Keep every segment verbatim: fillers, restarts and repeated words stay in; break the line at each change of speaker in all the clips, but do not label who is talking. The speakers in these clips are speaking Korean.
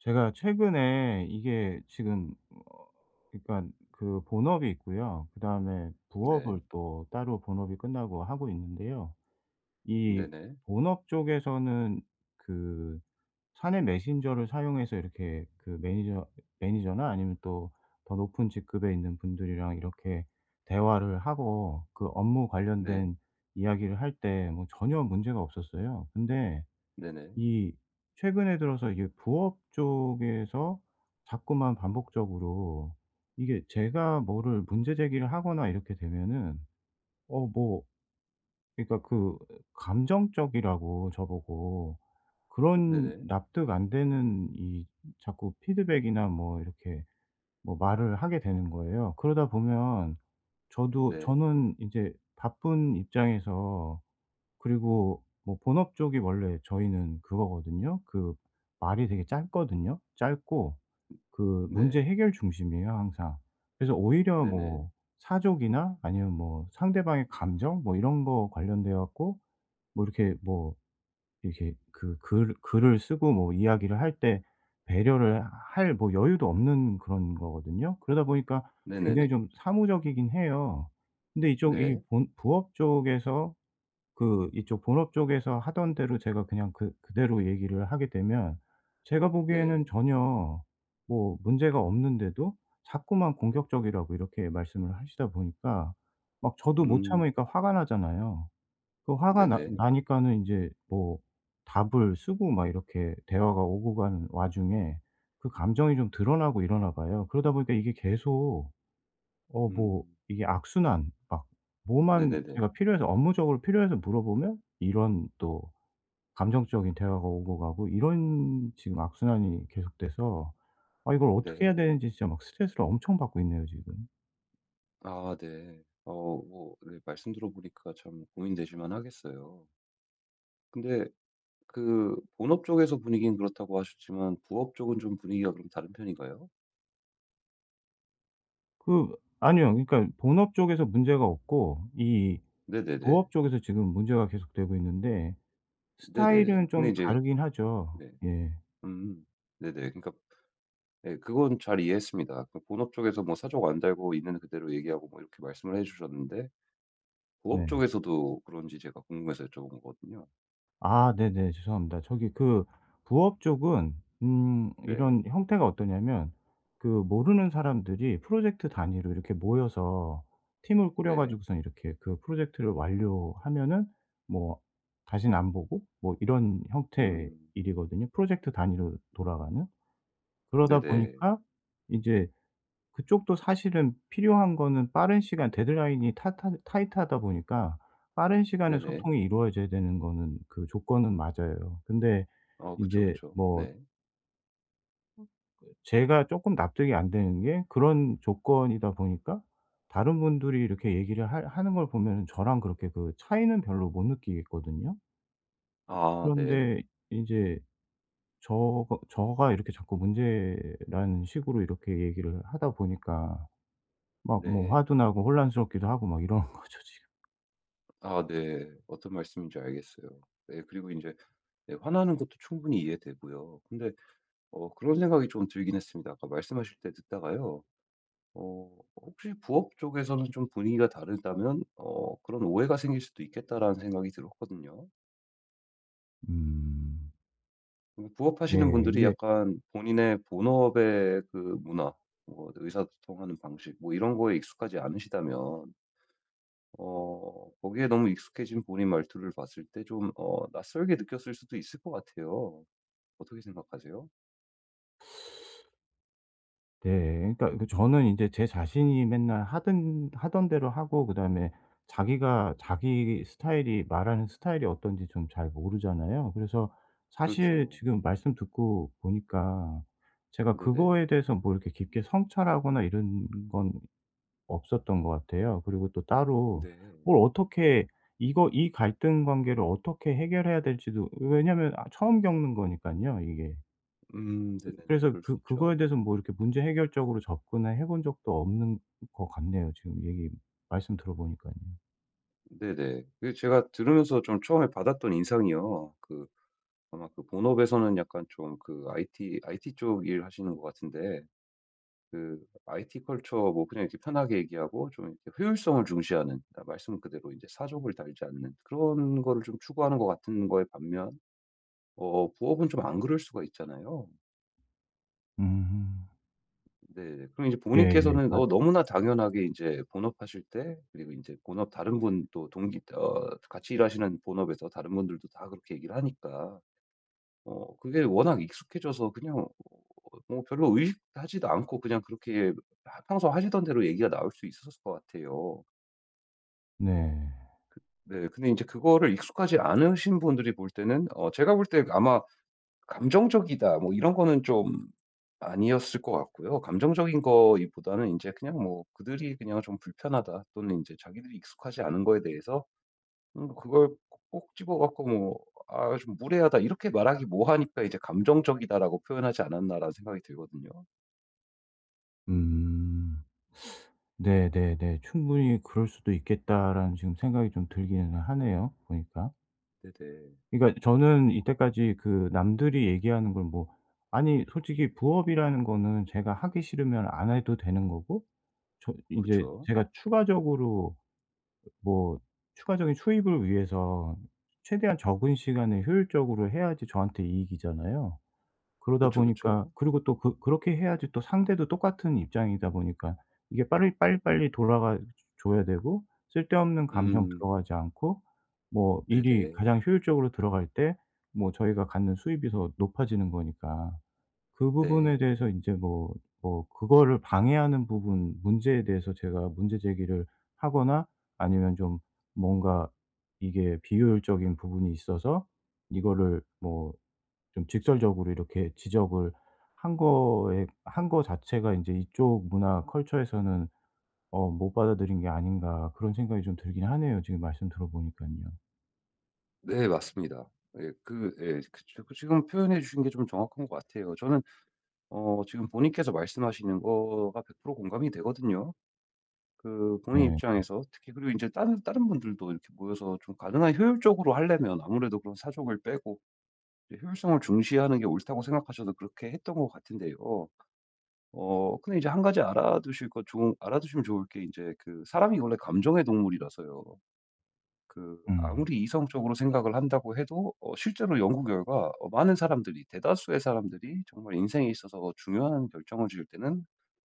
제가 최근에 이게 지금 어 그러니까 그 본업이 있고요. 그다음에
네.
부업을 또 따로 본업이 끝나고 하고 있는데요. 이
네네.
본업 쪽에서는 그 사내 메신저를 사용해서 이렇게 그 매니저 매니저나 아니면 또 더 높은 직급에 있는 분들이랑 이렇게 대화를 하고 그 업무
네.
관련된 이야기를 할 때 뭐 전혀 문제가 없었어요. 근데
네네.
이 최근에 들어서 이게 부업 쪽에서 자꾸만 반복적으로, 이게 제가 뭐를 문제 제기를 하거나 이렇게 되면은 어 뭐 그러니까 그 감정적이라고 저보고, 그런
네네.
납득 안 되는 이 자꾸 피드백이나 뭐 이렇게 뭐 말을 하게 되는 거예요. 그러다 보면 저도
네.
저는 이제 바쁜 입장에서, 그리고 뭐 본업 쪽이 원래 저희는 그거거든요. 그 말이 되게 짧거든요. 짧고 그 문제
네.
해결 중심이에요 항상. 그래서 오히려
네네.
뭐 사족이나 아니면 뭐 상대방의 감정 뭐 이런 거 관련돼 갖고 뭐 이렇게 뭐 이렇게 그 글 글을 쓰고 뭐 이야기를 할 때 배려를 할 뭐 여유도 없는 그런 거거든요. 그러다 보니까
네네네.
굉장히 좀 사무적이긴 해요. 근데 이쪽 이
네.
본 부업 쪽에서, 그 이쪽 본업 쪽에서 하던 대로 제가 그냥 그 그대로 얘기를 하게 되면 제가 보기에는
네.
전혀 뭐 문제가 없는데도 자꾸만 공격적이라고 이렇게 말씀을 하시다 보니까 막 저도 못
음.
참으니까 화가 나잖아요. 그 화가 나
네네.
나니까는 인제 뭐 답을 쓰고 막 이렇게 대화가 오고 가는 와중에 그 감정이 좀 드러나고 이러나 봐요. 그러다 보니까 이게 계속 어 뭐
음.
이게 악순환 막, 뭐만
네네네.
제가 필요해서 업무적으로 필요해서 물어보면 이런 또 감정적인 대화가 오고 가고, 이런 지금 악순환이 계속돼서 아 이걸 어떻게 해야
네.
되는지 진짜 막 스트레스를 엄청 받고 있네요 지금.
아 네. 어 뭐 네, 말씀 들어보니까 참 고민되실만 하겠어요. 근데 그 본업 쪽에서 분위기는 그렇다고 하셨지만 부업 쪽은 좀 분위기가 그럼 다른 편인가요?
그 아니요, 그러니까 본업 쪽에서 문제가 없고 이
네네네.
부업 쪽에서 지금 문제가 계속되고 있는데
네네.
스타일은
근데
좀
이제
다르긴 하죠.
네.
예.
음. 네네. 그러니까 네, 그건 잘 이해했습니다. 그 본업 쪽에서 뭐 사족 안 달고 있는 그대로 얘기하고 뭐 이렇게 말씀을 해주셨는데 부업
네.
쪽에서도 그런지 제가 궁금해서 여쭤본 거거든요.
아 네네. 죄송합니다. 저기 그 부업 쪽은 음
네,
이런 형태가 어떠냐면, 그 모르는 사람들이 프로젝트 단위로 이렇게 모여서 팀을 꾸려
네,
가지고선 이렇게 그 프로젝트를 완료하면은 뭐 다시안 보고 뭐 이런 형태의
음,
일이거든요 프로젝트 단위로 돌아가는. 그러다
네네,
보니까 이제 그쪽도 사실은 필요한 거는 빠른 시간, 데드라인이 타타 타이트하다 보니까 빠른 시간에
네네.
소통이 이루어져야 되는 거는, 그 조건은 맞아요. 근데
어, 그쵸,
인제
그쵸.
뭐
네.
제가 쪼끔 납득이 안 되는 게, 그런 조건이다 보니까 다른 분들이 이렇게 얘기를 할 하는 걸 보면은 저랑 그렇게 그 차이는 별로 못 느끼겠거든요.
아, 네,
그런데 인제 저거 저가 이렇게 자꾸 문제라는 식으로 이렇게 얘기를 하다 보니까 막 뭐
네.
화도 나고 혼란스럽기도 하고 막 이러는 거죠 지금.
아, 네. 어떤 말씀인지 알겠어요. 네, 그리고 이제 네, 화나는 것도 충분히 이해되고요. 근데 어, 그런 생각이 좀 들긴 했습니다. 아까 말씀하실 때 듣다가요. 어 혹시 부업 쪽에서는 좀 분위기가 다르다면 어 그런 오해가 생길 수도 있겠다라는 생각이 들었거든요.
음.
음
예.
부업하시는 분들이
이게
약간 본인의 본업의 그 문화, 뭐 의사소통하는 방식 뭐 이런 거에 익숙하지 않으시다면 어 거기에 너무 익숙해진 본인 말투를 봤을 때 좀 어 낯설게 느꼈을 수도 있을 것 같아요. 어떻게 생각하세요?
네. 그러니까 그 저는 인제 제 자신이 맨날 하던 하던 대로 하고, 그다음에 자기가 자기 스타일이 말하는 스타일이 어떤지 좀 잘 모르잖아요. 그래서 사실
그렇죠.
지금 말씀 듣고 보니까 제가
네네.
그거에 대해서 뭐 이렇게 깊게 성찰하거나 이런 건 없었던 것 같아요. 그리고 또 따로
네.
뭘 어떻게, 이거 이 갈등 관계를 어떻게 해결해야 될지도, 왜냐면 아 처음 겪는 거니까요 이게.
음
그
네네네.
그래서
그럴 수
그 그거에
있죠.
대해서 뭐 이렇게 문제 해결적으로 접근을 해본 적도 없는 것 같네요, 지금 얘기 말씀 들어 보니까요.
네네. 그 제가 들으면서 좀 처음에 받았던 인상이요. 그 아마 그 본업에서는 약간 좀 그 아이티 아이티 쪽 일 하시는 것 같은데 그 아이티 컬처 뭐 그냥 이렇게 편하게 얘기하고 좀 이렇게 효율성을 중시하는, 그러니까 말씀 그대로 이제 사족을 달지 않는 그런 거를 좀 추구하는 것 같은 거에 반면 어 부업은 좀 안 그럴 수가 있잖아요.
음.
네. 그럼 이제
예예.
부모님께서는
아
어 너무나 당연하게 이제 본업하실 때, 그리고 이제 본업 다른 분 또 동기 어 같이 일하시는 본업에서 다른 분들도 다 그렇게 얘기를 하니까 어 그게 워낙 익숙해져서 그냥 어 뭐 별로 의식하지도 않고 그냥 그렇게 하 평소 하시던 대로 얘기가 나올 수 있었을 것 같아요.
네.
네. 근데 이제 그거를 익숙하지 않으신 분들이 볼 때는 어 제가 볼 때 아마 '감정적이다.' 뭐 이런 거는 좀 아니었을 것 같고요. 감정적인 거보다는 이제 그냥 뭐 그들이 그냥 좀 불편하다 또는 이제 자기들이 익숙하지 않은 거에 대해서 음 그걸 꼭 집어 갖고 뭐 '아 좀 무례하다.' 이렇게 말하기 뭐하니까 이제 '감정적이다.'라고 표현하지 않았나라는 생각이 들거든요.
음. 네 네네. '충분히 그럴 수도 있겠다.'라는 지금 생각이 좀 들기는 하네요 보니까.
네네.
그러니까 저는 이때까지 그 남들이 얘기하는 걸 뭐, 아니 솔직히 부업이라는 거는 제가 하기 싫으면 안 해도 되는 거고, 저 인제
그쵸.
제가 추가적으로 뭐 추가적인 수입을 위해서 최대한 적은 시간에 효율적으로 해야지 저한테 이익이잖아요. 그러다
그쵸,
보니까,
그쵸.
그리고 또 그 그렇게 해야지 또 상대도 똑같은 입장이다 보니까 이게 빠리 빨리빨리 돌아가 줘야 되고, 쓸데없는 감정
음.
들어가지 않고 뭐 일이
네네.
가장 효율적으로 들어갈 때 뭐 저희가 갖는 수입이 더 높아지는 거니까. 그 부분에
네.
대해서 인제 뭐 뭐 그거를 방해하는 부분, 문제에 대해서 제가 문제 제기를 하거나, 아니면 좀 뭔가 이게 비효율적인 부분이 있어서 이거를 뭐 좀 직설적으로 이렇게 지적을 한 거에 한 거 자체가 인제 '이쪽 문화 컬처에서는 어 못 받아들인 게 아닌가.' 그런 생각이 좀 들긴 하네요, 지금 말씀 들어 보니깐요.
네 맞습니다. 예 그 예 그쵸. 그 지금 표현해 주신 게 좀 정확한 것 같아요. 저는 어 지금 본인께서 말씀하시는 거가 백 퍼센트 공감이 되거든요. 그 본인
네.
입장에서 특히, 그리고 이제 다른 다른 분들도 이렇게 모여서 좀 가능한 효율적으로 하려면 아무래도 그런 사족을 빼고 이제 효율성을 중시하는 게 옳다고 생각하셔서 그렇게 했던 것 같은데요. 어 근데 이제 한 가지 알아두실 것, 좀 알아두시면 좋을 게, 이제 그 사람이 원래 감정의 동물이라서요. 그
음.
아무리 이성적으로 생각을 한다고 해도 어 실제로 연구 결과 어 많은 사람들이, 대다수의 사람들이 정말 인생에 있어서 중요한 결정을 지을 때는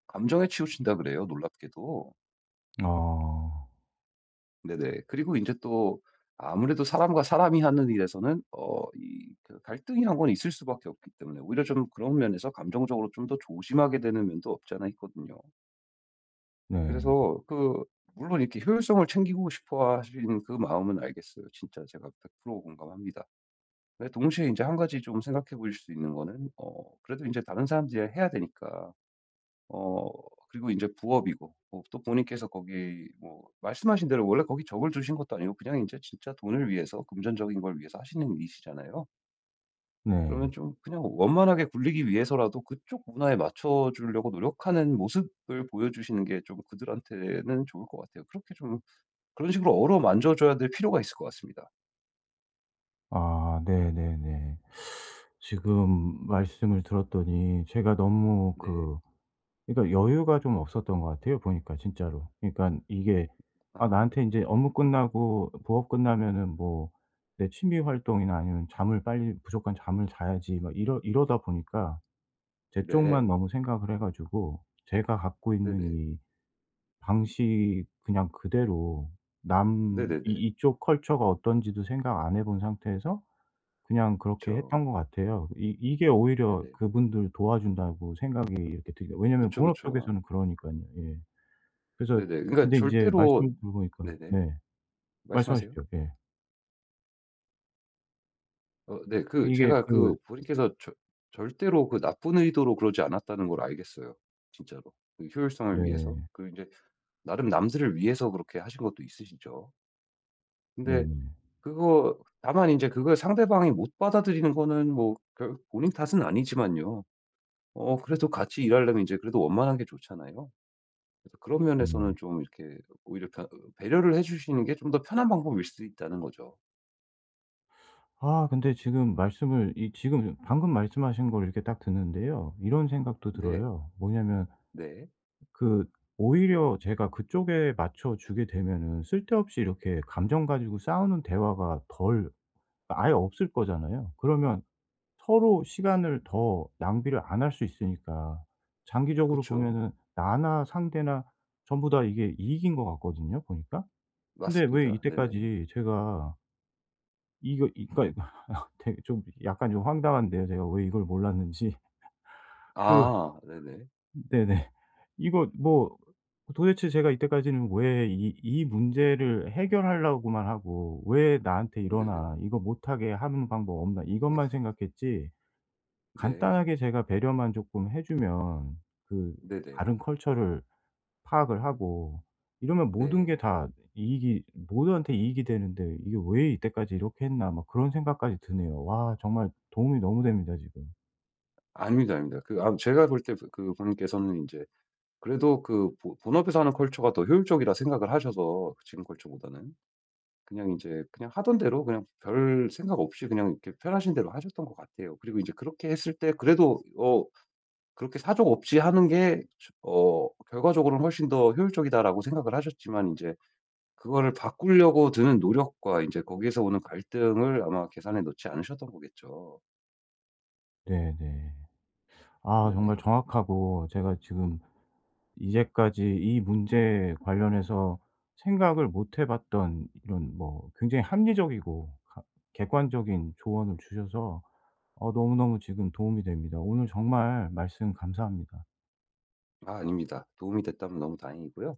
감정에 치우친다 그래요, 놀랍게도.
아.
네네. 그리고 이제 또 아무래도 사람과 사람이 하는 일에서는 어 이 그 갈등이란 건 있을 수밖에 없기 때문에 오히려 좀 그런 면에서 감정적으로 좀 더 조심하게 되는 면도 없지 않아 있거든요.
네.
그래서 그 물론 이렇게 효율성을 챙기고 싶어 하시는 그 마음은 알겠어요. 진짜 제가 백 퍼센트 공감합니다. 근데 동시에 이제 한 가지 좀 생각해 보실 수 있는 거는 어 그래도 이제 다른 사람들이 해야 되니까 어 그리고 이제 부업이고, 뭐또 본인께서 거기 뭐 말씀하신 대로 원래 거기 적을 두신 것도 아니고 그냥 이제 진짜 돈을 위해서, 금전적인 걸 위해서 하시는 일이시잖아요.
네.
그러면 좀 그냥 원만하게 굴리기 위해서라도 그쪽 문화에 맞춰 주려고 노력하는 모습을 보여주시는 게 좀 그들한테는 좋을 것 같아요. 그렇게 좀 그런 식으로 어루만져 줘야 될 필요가 있을 것 같습니다.
아 네네네. 지금 말씀을 들었더니 제가 너무
네.
그, 그러니까 여유가 좀 없었던 것 같아요 보니까 진짜로. 그러니까 이게, 아
아.
나한테 인제 업무 끝나고 부업 끝나면은 뭐 내 취미 활동이나 아니면 잠을 빨리, 무조건 잠을 자야지 막 이러 이러다 보니까 제 쪽만
네.
너무 생각을 해 가지고 제가 갖고 있는
네네.
이 방식 그냥 그대로 남 이
네네네.
이쪽 컬처가 어떤지도 생각 안 해본 상태에서 그냥 그렇게
그쵸.
했던 것 같아요. 이 이게 오히려
네네.
그분들 도와준다고 생각이 이렇게 들요. 왜냐면
그쵸,
본업
그쵸.
쪽에서는 그러니까요. 예. 그래서,
네네. 그러니까
근데 이제 말씀을
절대로
들어보니까
네네.
네.
말씀하세요.
말씀하십시오. 예.
어 네. 그
이게
제가
그
그 부모님께서 절 절대로 그 나쁜 의도로 그러지 않았다는 걸 알겠어요. 진짜로. 그 효율성을 위해서.
네.
그리고 제 나름 남들을 위해서 그렇게 하신 것도 있으시죠. 근데
네네.
그거 다만 이제 그걸 상대방이 못 받아들이는 거는 뭐 결 본인 탓은 아니지만요. 어 그래도 같이 일하려면 이제 그래도 원만한 게 좋잖아요. 그래서 그런 면에서는
네네.
좀 이렇게 오히려 편- 배려를 해 주시는 게 좀 더 편한 방법일 수 있다는 거죠.
아 근데 지금 말씀을, 이 지금 방금 말씀하신 걸 이렇게 딱 듣는데요, 이런 생각도
네.
들어요. 뭐냐면
네.
그 오히려 제가 그쪽에 맞춰 주게 되면은 쓸데없이 이렇게 감정 가지고 싸우는 대화가 덜 아예 없을 거잖아요. 그러면 서로 시간을 더 낭비를 안 할 수 있으니까 장기적으로
그쵸.
보면은 나나 상대나 전부 다 이게 이익인 것 같거든요 보니까. 근데 왜
맞습니다. 네네.
이때까지 제가 이거 이 그러니까 되게 좀 약간 좀 황당한데요. 제가 왜 이걸 몰랐는지. 그
아 네네.
네네. 이거 뭐 도대체 제가 이때까지는 왜 이 이 문제를 해결하려고만 하고 '왜 나한테
네네.
이러나. 이거 못하게 하는 방법 없나.' 이것만 생각했지,
네.
간단하게 제가 배려만 조금 해 주면 그
네네.
다른 컬처를 파악을 하고 이러면 모든
네.
게 다 이익이 모두한테 이익이 되는데, '이게 왜 이때까지 이렇게 했나.' 막 그런 생각까지 드네요. 와 정말 도움이 너무 됩니다 지금.
아닙니다, 아닙니다. 그 아 제가 볼 때 그 분께서는 이제 그래도 그 보 본업에서 하는 컬처가 더 효율적이라 생각을 하셔서 그 지금 컬처보다는 그냥 이제 그냥 하던 대로 그냥 별 생각 없이 그냥 이렇게 편하신 대로 하셨던 것 같아요. 그리고 이제 그렇게 했을 때 그래도 어 그렇게 사족 없이 하는 게 어 결과적으로는 훨씬 더 효율적이다라고 생각을 하셨지만 이제 그거를 바꾸려고 드는 노력과 이제 거기에서 오는 갈등을 아마 계산에 넣지 않으셨던 거겠죠.
네네. 아 정말
네네.
정확하고 제가 지금 이제까지 이 문제 관련해서 생각을 못 해 봤던 이런 뭐 굉장히 합리적이고 가 객관적인 조언을 주셔서 어 너무너무 지금 도움이 됩니다. 오늘 정말 말씀 감사합니다.
아 아닙니다. 도움이 됐다면 너무 다행이고요.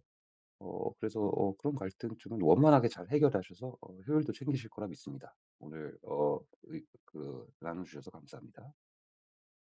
어 그래서 어 그런 갈등쯤은 원만하게 잘 해결하셔서 어 효율도 챙기실 거라 믿습니다. 오늘 어 의 그 나눠 주셔서 감사합니다.